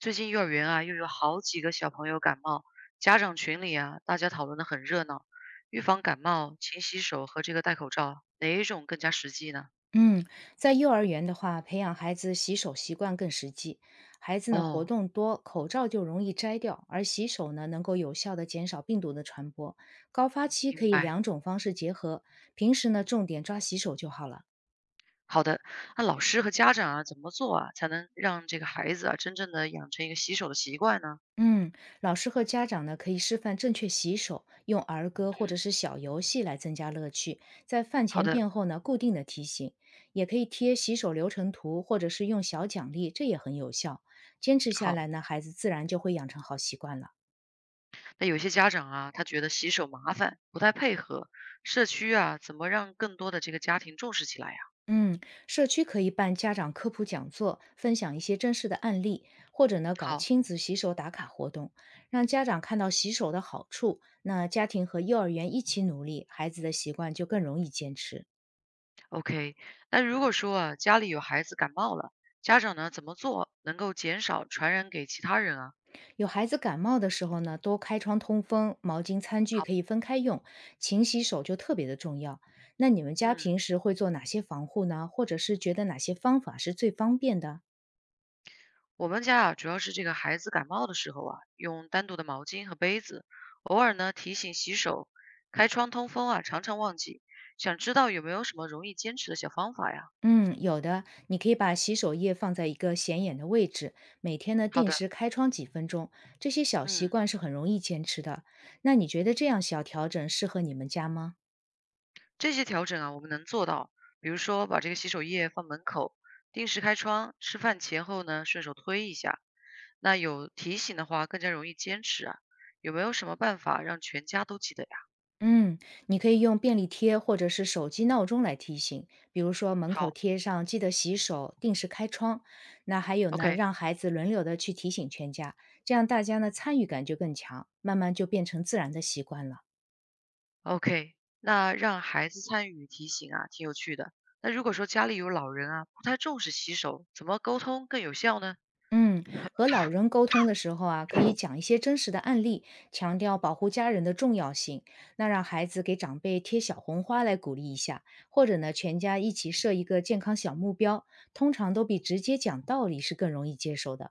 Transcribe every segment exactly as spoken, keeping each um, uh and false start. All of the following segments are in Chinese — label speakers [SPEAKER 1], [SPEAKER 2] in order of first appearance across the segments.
[SPEAKER 1] 最近幼儿园啊，又有好几个小朋友感冒，家长群里啊，大家讨论的很热闹。预防感冒，勤洗手和这个戴口罩，哪一种更加实际呢？
[SPEAKER 2] 嗯，在幼儿园的话，培养孩子洗手习惯更实际。孩子呢活
[SPEAKER 1] 哦，
[SPEAKER 2] 动多，口罩就容易摘掉，而洗手呢能够有效的减少病毒的传播。高发期可
[SPEAKER 1] 明
[SPEAKER 2] 以
[SPEAKER 1] 白。
[SPEAKER 2] 两种方式结合，平时呢重点抓洗手就好了。
[SPEAKER 1] 好的，那老师和家长啊，怎么做啊，才能让这个孩子啊，真正的养成一个洗手的习惯呢？
[SPEAKER 2] 嗯，老师和家长呢，可以示范正确洗手，用儿歌或者
[SPEAKER 1] 嗯，
[SPEAKER 2] 是小游戏来增加乐趣。在饭
[SPEAKER 1] 好
[SPEAKER 2] 前
[SPEAKER 1] 的，
[SPEAKER 2] 便后呢，固定的提醒，也可以贴洗手流程图，或者是用小奖励，这也很有效。坚持下
[SPEAKER 1] 好。
[SPEAKER 2] 来呢，孩子自然就会养成好习惯了。
[SPEAKER 1] 那有些家长啊，他觉得洗手麻烦，不太配合。社区啊，怎么让更多的这个家庭重视起来呀、
[SPEAKER 2] 嗯，社区可以办家长科普讲座，分享一些真实的案例，或者呢搞
[SPEAKER 1] 好，
[SPEAKER 2] 亲子洗手打卡活动，让家长看到洗手的好处。那家庭和幼儿园一起努力，孩子的习惯就更容易坚持。
[SPEAKER 1] OK，那如果说啊，家里有孩子感冒了，家长呢怎么做能够减少传染给其他人啊？
[SPEAKER 2] 有孩子感冒的时候呢，多开窗通风，毛巾、餐具
[SPEAKER 1] 好，
[SPEAKER 2] 可以分开用，勤洗手就特别的重要。那你们家
[SPEAKER 1] 嗯，
[SPEAKER 2] 平时会做哪些防护呢？或者是觉得哪些方法是最方便的？
[SPEAKER 1] 我们家啊，主要是这个孩子感冒的时候啊，用单独的毛巾和杯子，偶尔呢提醒洗手，开窗通风啊，常常忘记。想知道有没有什么容易坚持的小方法呀？
[SPEAKER 2] 嗯，有的，你可以把洗手液放在一个显眼的位置，每天呢
[SPEAKER 1] 好
[SPEAKER 2] 定
[SPEAKER 1] 的，
[SPEAKER 2] 时开窗几分钟，这些小习
[SPEAKER 1] 嗯，
[SPEAKER 2] 惯是很容易坚持的。那你觉得这样小调整适合你们家吗？
[SPEAKER 1] 这些调整啊，我们能做到，比如说把这个洗手液放门口，定时开窗，吃饭前后呢顺手推一下。那有提醒的话更加容易坚持啊。有没有什么办法让全家都记得呀？
[SPEAKER 2] 嗯，你可以用便利贴或者是手机闹钟来提醒，比如说门口
[SPEAKER 1] 好
[SPEAKER 2] 贴上“记得洗手”，定时开窗。那还有呢，
[SPEAKER 1] ，OK
[SPEAKER 2] 让孩子轮流的去提醒全家，这样大家呢参与感就更强，慢慢就变成自然的习惯了。
[SPEAKER 1] OK，那让孩子参与提醒啊，挺有趣的。那如果说家里有老人啊，不太重视洗手，怎么沟通更有效呢？
[SPEAKER 2] 嗯，和老人沟通的时候啊，可以讲一些真实的案例，强调保护家人的重要性。那让孩子给长辈贴小红花来鼓励一下，或者呢，全家一起设一个健康小目标，通常都比直接讲道理是更容易接受的。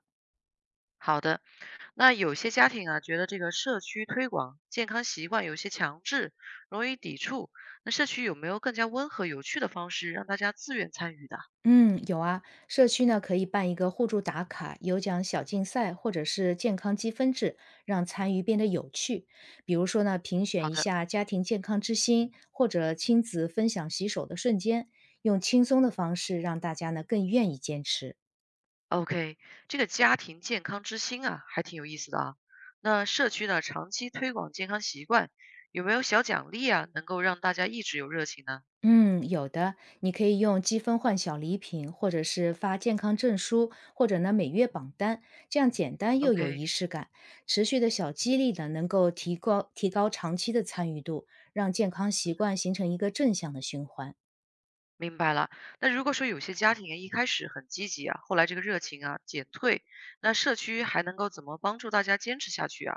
[SPEAKER 1] 好的，那有些家庭啊，觉得这个社区推广健康习惯有些强制，容易抵触。那社区有没有更加温和有趣的方式让大家自愿参与的啊？
[SPEAKER 2] 嗯，有啊，社区呢可以办一个互助打卡、有奖小竞赛，或者是健康积分制，让参与变得有趣。比如说呢，评选
[SPEAKER 1] 好
[SPEAKER 2] 一
[SPEAKER 1] 的。
[SPEAKER 2] 下家庭健康之星，或者亲子分享洗手的瞬间，用轻松的方式让大家呢更愿意坚持。
[SPEAKER 1] OK，这个家庭健康之星啊，还挺有意思的啊。那社区呢，长期推广健康习惯，有没有小奖励啊，能够让大家一直有热情呢
[SPEAKER 2] 嗯，有的，你可以用积分换小礼品，或者是发健康证书，或者呢每月榜单，这样简单又有
[SPEAKER 1] ？OK，
[SPEAKER 2] 仪式感。持续的小激励呢，能够提高提高长期的参与度，让健康习惯形成一个正向的循环。
[SPEAKER 1] 明白了。那如果说有些家庭啊一开始很积极啊，后来这个热情啊减退，那社区还能够怎么帮助大家坚持下去啊？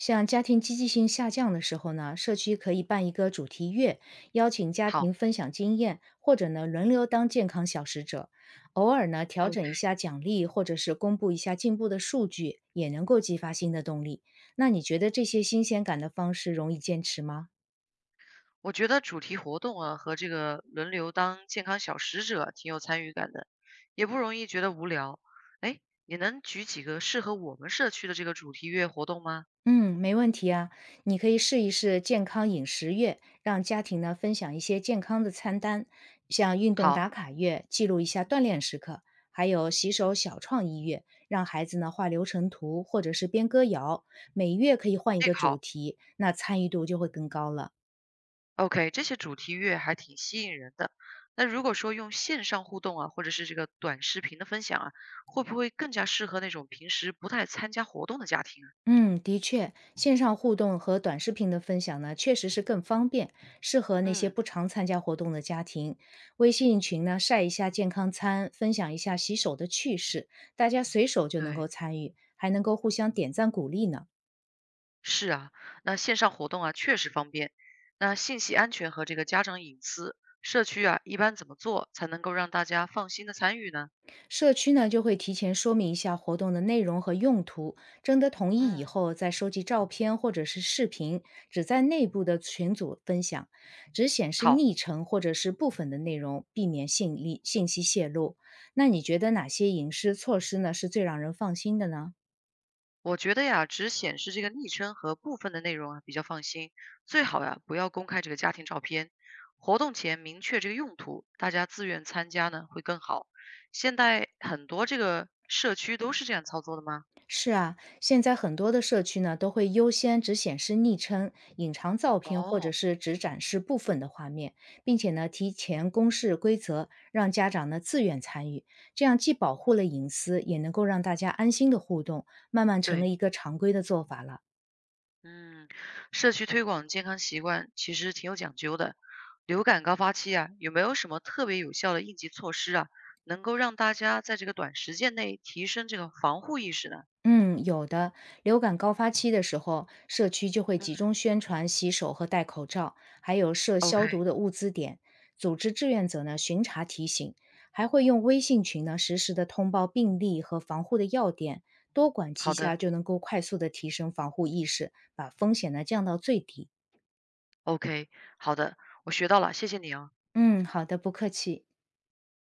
[SPEAKER 2] 像家庭积极性下降的时候呢，社区可以办一个主题月，邀请家
[SPEAKER 1] 好，
[SPEAKER 2] 庭分享经验，或者呢轮流当健康小使者，偶尔呢调
[SPEAKER 1] o
[SPEAKER 2] 整一
[SPEAKER 1] k，
[SPEAKER 2] 下奖励，或者是公布一下进步的数据，也能够激发新的动力。那你觉得这些新鲜感的方式容易坚持吗？
[SPEAKER 1] 我觉得主题活动啊和这个轮流当健康小使者挺有参与感的，也不容易觉得无聊。哎，你能举几个适合我们社区的这个主题月活动吗？
[SPEAKER 2] 嗯，没问题啊，你可以试一试健康饮食月，让家庭呢分享一些健康的餐单，像运动打
[SPEAKER 1] 好，
[SPEAKER 2] 卡月，记录一下锻炼时刻，还有洗
[SPEAKER 1] 嗯，
[SPEAKER 2] 手小创意月，让孩子呢画流程图或者是编歌谣，每月可以换一
[SPEAKER 1] 这
[SPEAKER 2] 个
[SPEAKER 1] 个
[SPEAKER 2] 主
[SPEAKER 1] 好
[SPEAKER 2] 题，那参与度就会更高了。
[SPEAKER 1] ，OK，这些主题月还挺吸引人的。那如果说用线上互动啊，或者是这个短视频的分享啊，会不会更加适合那种平时不太参加活动的家庭啊，
[SPEAKER 2] 嗯，的确，线上互动和短视频的分享呢，确实是更方便，适合那些
[SPEAKER 1] 嗯，
[SPEAKER 2] 不常参加活动的家庭。微信群呢，晒一下健康餐，分享一下洗手的趣事，大家随手就能够
[SPEAKER 1] 对。
[SPEAKER 2] 参与，还能够互相点赞鼓励呢。
[SPEAKER 1] 是啊，那线上活动啊，确实方便。那信息安全和这个家长隐私，社区啊，一般怎么做才能够让大家放心的参与呢？
[SPEAKER 2] 社区呢就会提前说明一下活动的内容和用途，征得同意以
[SPEAKER 1] 嗯，
[SPEAKER 2] 后再收集照片或者是视频，只在内部的群组分享，只显示
[SPEAKER 1] 好，
[SPEAKER 2] 昵称或者是部分的内容，避免信力信息泄露。那你觉得哪些隐私措施呢是最让人放心的呢？
[SPEAKER 1] 我觉得呀，只显示这个昵称和部分的内容啊，比较放心。最好呀，不要公开这个家庭照片。活动前明确这个用途，大家自愿参加呢会更好。现在很多这个社区都是这样操作的吗？
[SPEAKER 2] 是啊，现在很多的社区呢都会优先只显示昵称、隐藏照片，或者
[SPEAKER 1] 哦，
[SPEAKER 2] 是只展示部分的画面，并且呢提前公示规则，让家长呢自愿参与。这样既保护了隐私，也能够让大家安心的互动，慢慢成了
[SPEAKER 1] 对，
[SPEAKER 2] 一个常规的做法了。
[SPEAKER 1] 嗯，社区推广健康习惯其实挺有讲究的。流感高发期啊，有没有什么特别有效的应急措施啊，能够让大家在这个短时间内提升这个防护意识呢？
[SPEAKER 2] 嗯，有的。流感高发期的时候，社区就会
[SPEAKER 1] 嗯
[SPEAKER 2] 集中宣传洗手和戴口罩，还有设
[SPEAKER 1] ，OK，
[SPEAKER 2] 消毒的物资点，组织志愿者呢巡查提醒，还会用微信群呢实时的通报病例和防护的要点，多管齐
[SPEAKER 1] 好
[SPEAKER 2] 下
[SPEAKER 1] 的
[SPEAKER 2] 就能够快速的提升防护意识，把风险呢降到最低。
[SPEAKER 1] ，OK，好的，我学到了，谢谢你啊。
[SPEAKER 2] 嗯，好的，不客气。